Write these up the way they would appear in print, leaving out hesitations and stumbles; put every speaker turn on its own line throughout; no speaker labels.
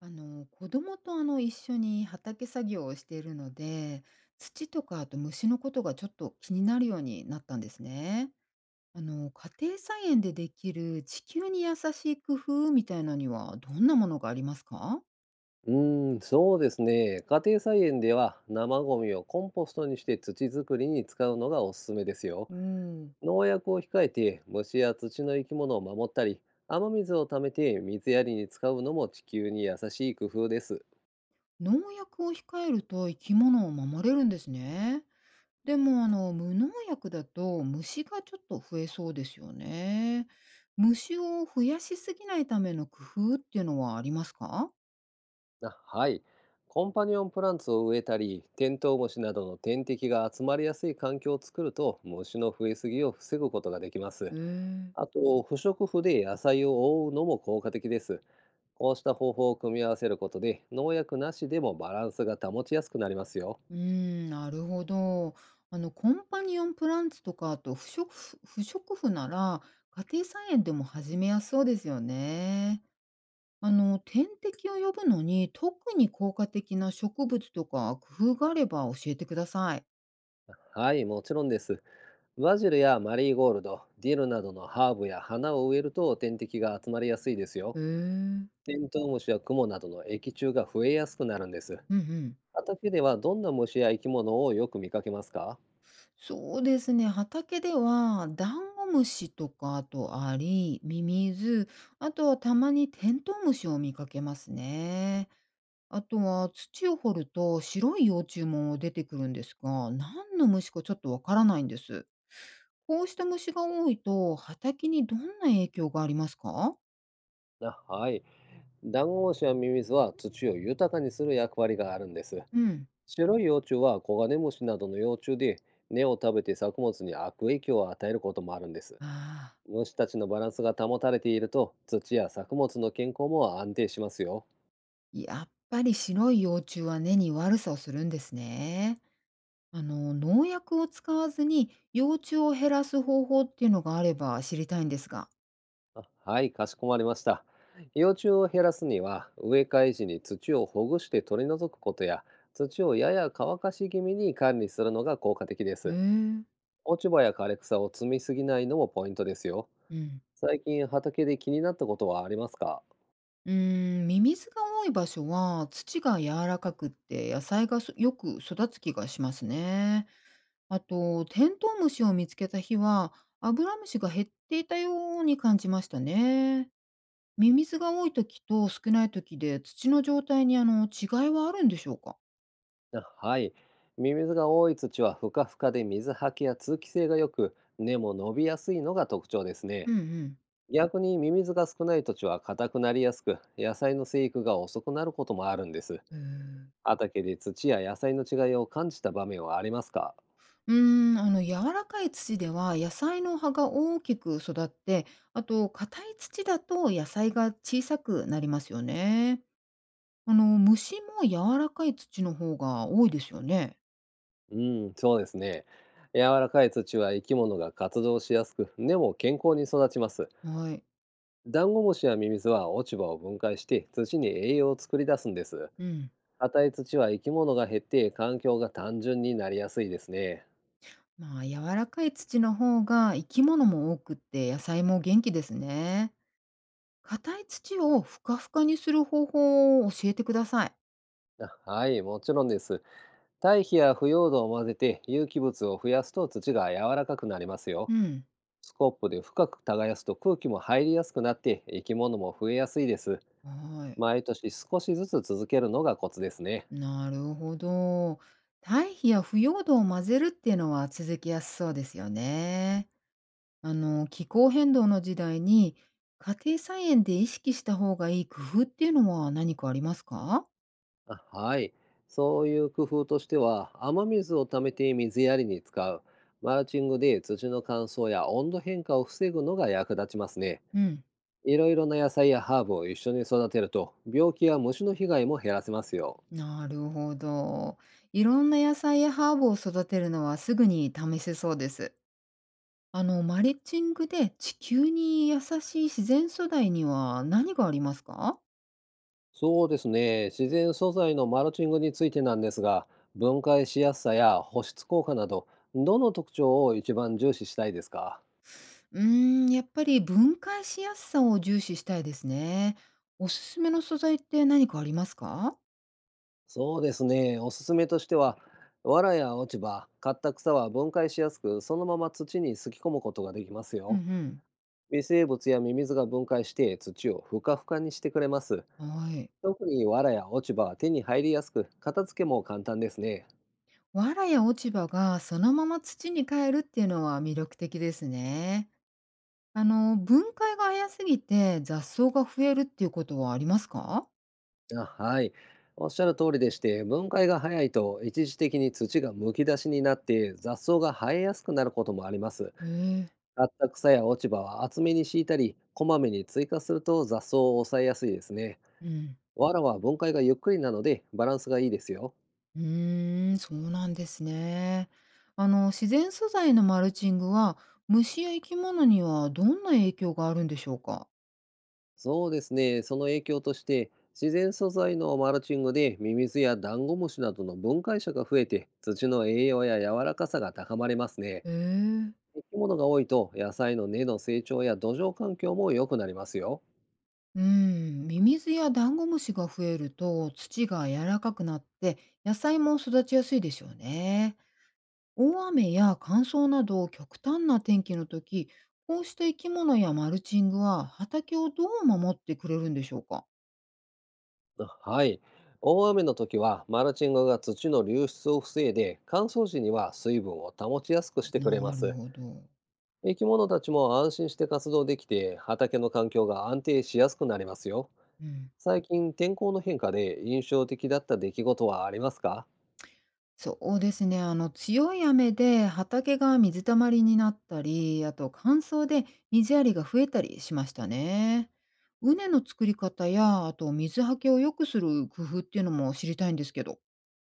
子供と一緒に畑作業をしているので、土とか、あと虫のことがちょっと気になるようになったんですね。家庭菜園でできる地球に優しい工夫みたいなにはどんなものがありますか？
そうですね。家庭菜園では生ゴミをコンポストにして土作りに使うのがおすすめですよ。
うん、
農薬を控えて虫や土の生き物を守ったり、雨水を貯めて水やりに使うのも地球に優しい工夫です。
農薬を控えると生き物を守れるんですね。でも無農薬だと虫がちょっと増えそうですよね。虫を増やしすぎないための工夫っていうのはありますか？
あ、はい。コンパニオンプランツを植えたり、テントウムシなどの天敵が集まりやすい環境を作ると虫の増えすぎを防ぐことができます。
へえ。
あと、不織布で野菜を覆うのも効果的です。こうした方法を組み合わせることで、農薬なしでもバランスが保ちやすくなりますよ。
うーん、なるほど。あの、コンパニオンプランツとか、あと不織布なら、家庭菜園でも始めやすそうですよね。あの、天敵を呼ぶのに、特に効果的な植物とか工夫があれば教えてください。
はい、もちろんです。バジルやマリーゴールド、ディルなどのハーブや花を植えると天敵が集まりやすいです
へ
よ。
え。
テントウムシやクモなどの益虫が増えやすくなるんです。
うんうん。
畑ではどんな虫や生き物をよく見かけますか？
そうですね。畑では、ダンゴムシとか、あとアリ、ミミズ、あとはたまにテントウムシを見かけますね。あとは土を掘ると白い幼虫も出てくるんですが、何の虫かちょっとわからないんです。こうした虫が多いと畑にどんな影響がありますか？
あ、はい。ダンゴムシやミミズは土を豊かにする役割があるんです。
うん。
白い幼虫はコガネムシなどの幼虫で、根を食べて作物に悪影響を与えることもあるんです。
ああ、
虫たちのバランスが保たれていると、土や作物の健康も安定しますよ。
やっぱり白い幼虫は根に悪さをするんですね。あの、農薬を使わずに幼虫を減らす方法っていうのがあれば知りたいんですが。
あ、はい、かしこまりました。幼虫を減らすには、植え替え時に土をほぐして取り除くことや、土をやや乾かし気味に管理するのが効果的で
へ
す。
え。
落ち葉や枯れ草を積みすぎないのもポイントですよ。
うん。
最近畑で気になったことはありますか？
うーん、ミミズが多い場所は土が柔らかくって野菜がそよく育つ気がしますね。あと、テントウムシを見つけた日はアブラムシが減っていたように感じましたね。ミミズが多い時と少ない時で土の状態に違いはあるんでしょうか？
あ、はい。ミミズが多い土はふかふかで水はけや通気性が良く、根も伸びやすいのが特徴ですね。
うんうん。
逆にミミズが少ない土地は硬くなりやすく、野菜の生育が遅くなることもあるんです。
へー。
畑で土や野菜の違いを感じた場面はありますか？
うーん、あの、柔らかい土では野菜の葉が大きく育って、あと硬い土だと野菜が小さくなりますよね。あの、虫も柔らかい土の方が多いですよね。
うん、そうですね。柔らかい土は生き物が活動しやすく、根も健康に育ちます。
はい。
ダンゴムシやミミズは落ち葉を分解して土に栄養を作り出すんです。
うん。
硬い土は生き物が減って環境が単純になりやすいですね。
まあ、柔らかい土の方が生き物も多くって野菜も元気ですね。硬い土をふかふかにする方法を教えてください。
あ、はい、もちろんです。堆肥や腐葉土を混ぜて有機物を増やすと土が柔らかくなりますよ。
うん。
スコップで深く耕すと空気も入りやすくなって、生き物も増えやすいです。
はい。
毎年少しずつ続けるのがコツですね。
なるほど。堆肥や腐葉土を混ぜるっていうのは続きやすそうですよね。あの、気候変動の時代に家庭菜園で意識した方がいい工夫っていうのは何かありますか？
あ、はい。そういう工夫としては、雨水を溜めて水やりに使う、マルチングで土の乾燥や温度変化を防ぐのが役立ちますね。
うん。
いろいろな野菜やハーブを一緒に育てると、病気や虫の被害も減らせますよ。
なるほど。いろんな野菜やハーブを育てるのはすぐに試せそうです。あの、マリッチングで地球に優しい自然素材には何がありますか？
そうですね。自然素材のマルチングについてなんですが、分解しやすさや保湿効果など、どの特徴を一番重視したいですか？
うーん、やっぱり分解しやすさを重視したいですね。おすすめの素材って何かありますか？
そうですね。おすすめとしては、藁や落ち葉、刈った草は分解しやすく、そのまま土にすき込むことができます
うんう
よ。
ん。
微生物やミミズが分解して土をふかふかにしてくれます。
はい。
特に藁や落ち葉は手に入りやすく、片付けも簡単ですね。
藁や落ち葉がそのまま土に帰るっていうのは魅力的ですね。あの、分解が早すぎて雑草が増えるっていうことはありますか？
あ、はい。おっしゃる通りでして、分解が早いと一時的に土がむき出しになって雑草が生えやすくなることもあります。
ええ、
刈った草や落ち葉は厚めに敷いたり、こまめに追加すると雑草を抑えやすいですね。
うん。
わらは分解がゆっくりなのでバランスがいいですよ。
うーん、そうなんですね。あの、自然素材のマルチングは、虫や生き物にはどんな影響があるんでしょうか？
そうですね、その影響として、自然素材のマルチングでミミズやダンゴムシなどの分解者が増えて、土の栄養や柔らかさが高まりますね。
へえ。
生き物が多いと野菜の根の成長や土壌環境も良くなりますよ。
うん、ミミズやダンゴムシが増えると、土が柔らかくなって、野菜も育ちやすいでしょうね。大雨や乾燥など極端な天気の時、こうした生き物やマルチングは、畑をどう守ってくれるんでしょうか？
はい。大雨の時はマルチングが土の流出を防いで、乾燥時には水分を保ちやすくしてくれま
なる
す。
ほど。
生き物たちも安心して活動できて、畑の環境が安定しやすくなりますよ。
うん。
最近天候の変化で印象的だった出来事はありますか？
そうですね。あの、強い雨で畑が水たまりになったり、あと乾燥で水やりが増えたりしましたね。畝の作り方や、あと水はけを良くする工夫っていうのも知りたいんですけど。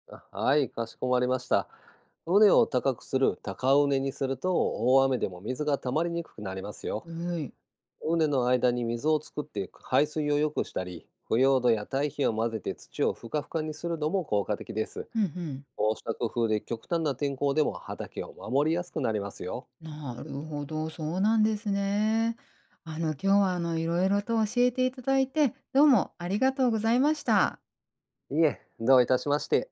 あ、はい、かしこまりました。畝を高くする高畝にすると大雨でも水が溜まりにくくなりますよ。
はい。
畝の間に水を作って排水を良くしたり、腐葉土や堆肥を混ぜて土をふかふかにするのも効果的です。
うんうん。
こうした工夫で極端な天候でも畑を守りやすくなりますよ。
なるほど、そうなんですね。あの、今日はいろいろと教えていただいて、どうもありがとうございました。
いえ、どういたしまして。